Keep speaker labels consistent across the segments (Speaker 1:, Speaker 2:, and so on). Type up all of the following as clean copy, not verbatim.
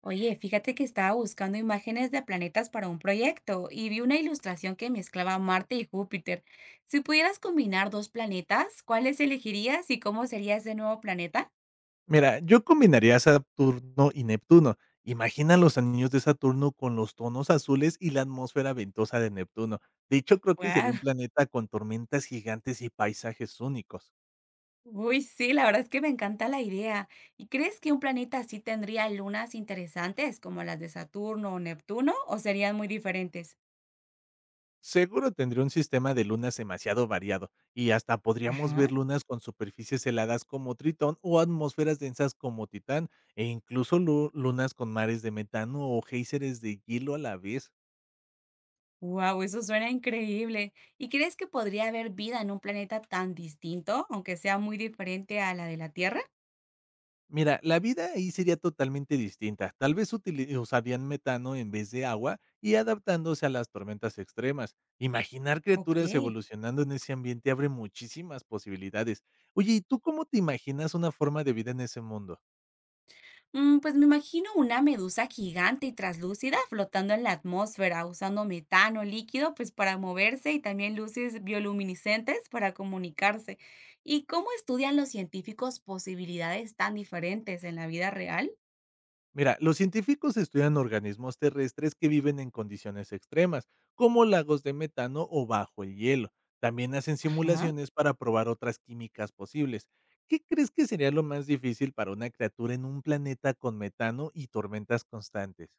Speaker 1: Oye, fíjate que estaba buscando imágenes de planetas para un proyecto y vi una ilustración que mezclaba Marte y Júpiter. Si pudieras combinar dos planetas, ¿cuáles elegirías y cómo sería ese nuevo planeta?
Speaker 2: Mira, yo combinaría Saturno y Neptuno. Imagina los anillos de Saturno con los tonos azules y la atmósfera ventosa de Neptuno. De hecho, creo que sería
Speaker 1: Wow.
Speaker 2: un planeta con tormentas gigantes y paisajes únicos.
Speaker 1: Uy, sí, la verdad es que me encanta la idea. ¿Y crees que un planeta así tendría lunas interesantes como las de Saturno o Neptuno o serían muy diferentes?
Speaker 2: Seguro tendría un sistema de lunas demasiado variado, y hasta podríamos ver
Speaker 1: Ajá.
Speaker 2: lunas con superficies heladas como Tritón o atmósferas densas como Titán, e incluso lunas con mares de metano o géiseres de hielo a la vez.
Speaker 1: Wow, eso suena increíble. ¿Y crees que podría haber vida en un planeta tan distinto, aunque sea muy diferente a la de la Tierra?
Speaker 2: Mira, la vida ahí sería totalmente distinta. Tal vez usarían metano en vez de agua y adaptándose a las tormentas extremas. Imaginar criaturas
Speaker 1: Okey.
Speaker 2: evolucionando en ese ambiente abre muchísimas posibilidades. Oye, ¿y tú cómo te imaginas una forma de vida en ese mundo?
Speaker 1: Mm, pues me imagino una medusa gigante y traslúcida flotando en la atmósfera, usando metano líquido, pues, para moverse y también luces bioluminiscentes para comunicarse. ¿Y cómo estudian los científicos posibilidades tan diferentes en la vida real?
Speaker 2: Mira, los científicos estudian organismos terrestres que viven en condiciones extremas, como lagos de metano o bajo el hielo. También hacen
Speaker 1: Ajá.
Speaker 2: simulaciones para probar otras químicas posibles. ¿Qué crees que sería lo más difícil para una criatura en un planeta con metano y tormentas constantes?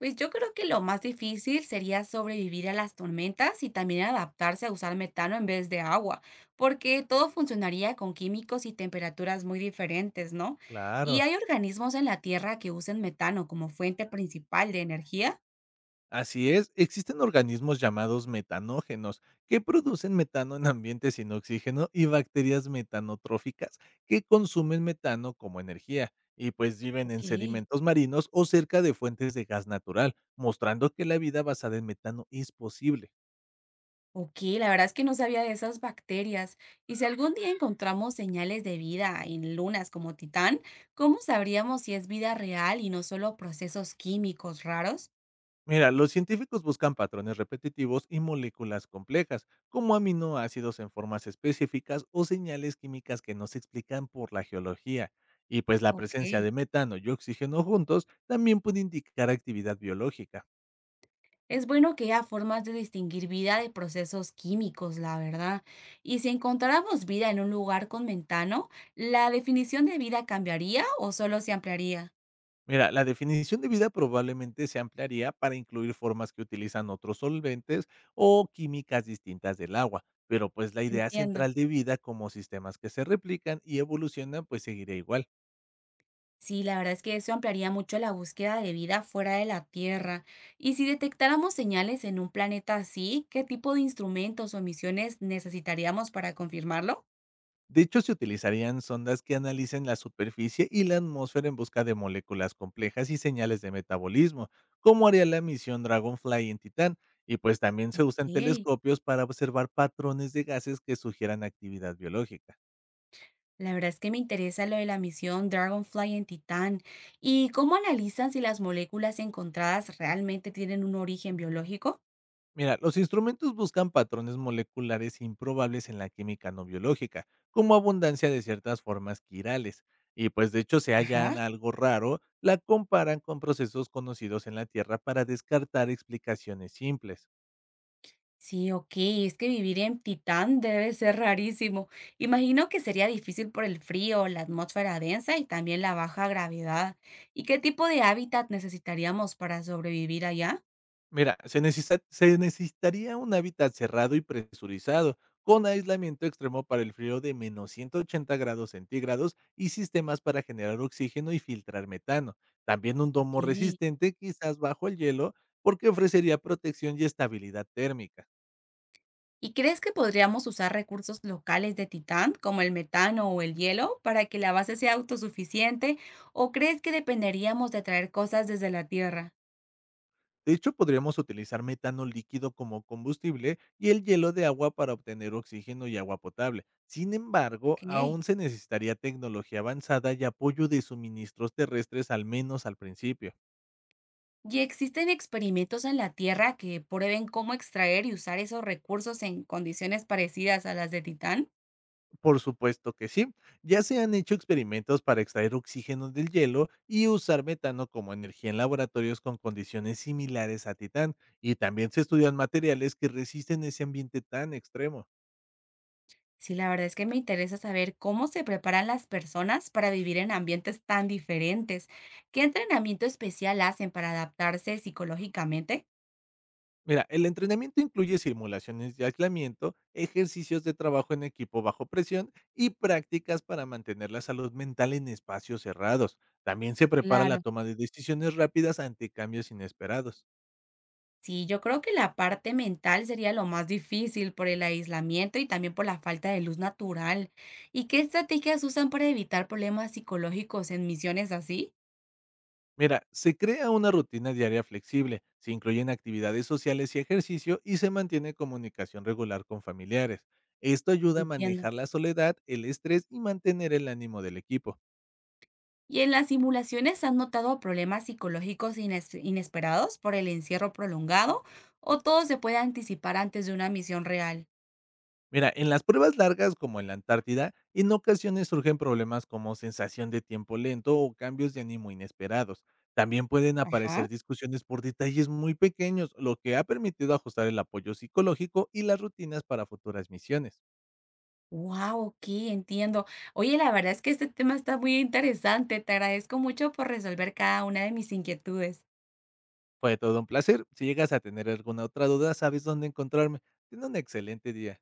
Speaker 1: Pues yo creo que lo más difícil sería sobrevivir a las tormentas y también adaptarse a usar metano en vez de agua, porque todo funcionaría con químicos y temperaturas muy diferentes, ¿no? ¿Y
Speaker 2: Claro.
Speaker 1: hay organismos en la Tierra que usen metano como fuente principal de energía?
Speaker 2: Así es, existen organismos llamados metanógenos que producen metano en ambientes sin oxígeno y bacterias metanotróficas que consumen metano como energía y pues viven
Speaker 1: Ok.
Speaker 2: en sedimentos marinos o cerca de fuentes de gas natural, mostrando que la vida basada en metano es posible.
Speaker 1: Ok, la verdad es que no sabía de esas bacterias. Y si algún día encontramos señales de vida en lunas como Titán, ¿cómo sabríamos si es vida real y no solo procesos químicos raros?
Speaker 2: Mira, los científicos buscan patrones repetitivos y moléculas complejas, como aminoácidos en formas específicas o señales químicas que no se explican por la geología. Y pues la presencia
Speaker 1: Ok.
Speaker 2: de metano y oxígeno juntos también puede indicar actividad biológica.
Speaker 1: Es bueno que haya formas de distinguir vida de procesos químicos, la verdad. Y si encontráramos vida en un lugar con metano, ¿la definición de vida cambiaría o solo se ampliaría?
Speaker 2: Mira, la definición de vida probablemente se ampliaría para incluir formas que utilizan otros solventes o químicas distintas del agua, pero pues la idea
Speaker 1: Entiendo.
Speaker 2: central de vida como sistemas que se replican y evolucionan pues seguiría igual.
Speaker 1: Sí, la verdad es que eso ampliaría mucho la búsqueda de vida fuera de la Tierra. Y si detectáramos señales en un planeta así, ¿qué tipo de instrumentos o misiones necesitaríamos para confirmarlo?
Speaker 2: De hecho, se utilizarían sondas que analicen la superficie y la atmósfera en busca de moléculas complejas y señales de metabolismo, como haría la misión Dragonfly en Titán, y pues también se usan
Speaker 1: Ok.
Speaker 2: telescopios para observar patrones de gases que sugieran actividad biológica.
Speaker 1: La verdad es que me interesa lo de la misión Dragonfly en Titán y cómo analizan si las moléculas encontradas realmente tienen un origen biológico.
Speaker 2: Mira, los instrumentos buscan patrones moleculares improbables en la química no biológica, como abundancia de ciertas formas quirales. Y pues de hecho se hallan
Speaker 1: Ajá.
Speaker 2: algo raro, la comparan con procesos conocidos en la Tierra para descartar explicaciones simples.
Speaker 1: Sí, ok, es que vivir en Titán debe ser rarísimo. Imagino que sería difícil por el frío, la atmósfera densa y también la baja gravedad. ¿Y qué tipo de hábitat necesitaríamos para sobrevivir allá?
Speaker 2: Mira, se necesitaría un hábitat cerrado y presurizado, con aislamiento extremo para el frío de menos 180 grados centígrados y sistemas para generar oxígeno y filtrar metano. También un
Speaker 1: Ok.
Speaker 2: domo resistente, quizás bajo el hielo, porque ofrecería protección y estabilidad térmica.
Speaker 1: ¿Y crees que podríamos usar recursos locales de Titán, como el metano o el hielo, para que la base sea autosuficiente? ¿O crees que dependeríamos de traer cosas desde la Tierra?
Speaker 2: De hecho, podríamos utilizar metano líquido como combustible y el hielo de agua para obtener oxígeno y agua potable. Sin embargo,
Speaker 1: Ok.
Speaker 2: aún se necesitaría tecnología avanzada y apoyo de suministros terrestres al menos al principio.
Speaker 1: ¿Y existen experimentos en la Tierra que prueben cómo extraer y usar esos recursos en condiciones parecidas a las de Titán?
Speaker 2: Por supuesto que sí. Ya se han hecho experimentos para extraer oxígeno del hielo y usar metano como energía en laboratorios con condiciones similares a Titán, y también se
Speaker 1: Ok.
Speaker 2: estudian materiales que resisten ese ambiente tan extremo.
Speaker 1: Sí, la verdad es que me interesa saber cómo se preparan las personas para vivir en ambientes tan diferentes. ¿Qué entrenamiento especial hacen para adaptarse psicológicamente?
Speaker 2: Mira, el entrenamiento incluye simulaciones de aislamiento, ejercicios de trabajo en equipo bajo presión y prácticas para mantener la salud mental en espacios cerrados. También se prepara la
Speaker 1: Claro.
Speaker 2: toma de decisiones rápidas ante cambios inesperados.
Speaker 1: Sí, yo creo que la parte mental sería lo más difícil por el aislamiento y también por la falta de luz natural. ¿Y qué estrategias usan para evitar problemas psicológicos en misiones así?
Speaker 2: Mira, se crea una rutina diaria flexible, se incluyen actividades sociales y ejercicio y se mantiene comunicación regular con familiares. Esto ayuda a
Speaker 1: Entiendo.
Speaker 2: manejar la soledad, el estrés y mantener el ánimo del equipo.
Speaker 1: ¿Y en las simulaciones han notado problemas psicológicos inesperados por el encierro prolongado o todo se puede anticipar antes de una misión real?
Speaker 2: Mira, en las pruebas largas como en la Antártida, en ocasiones surgen problemas como sensación de tiempo lento o cambios de ánimo inesperados. También pueden aparecer
Speaker 1: Ajá.
Speaker 2: discusiones por detalles muy pequeños, lo que ha permitido ajustar el apoyo psicológico y las rutinas para futuras misiones.
Speaker 1: Wow, ok, entiendo. Oye, la verdad es que este tema está muy interesante. Te agradezco mucho por resolver cada una de mis inquietudes.
Speaker 2: Fue todo un placer. Si llegas a tener alguna otra duda, sabes dónde encontrarme. Ten un excelente día.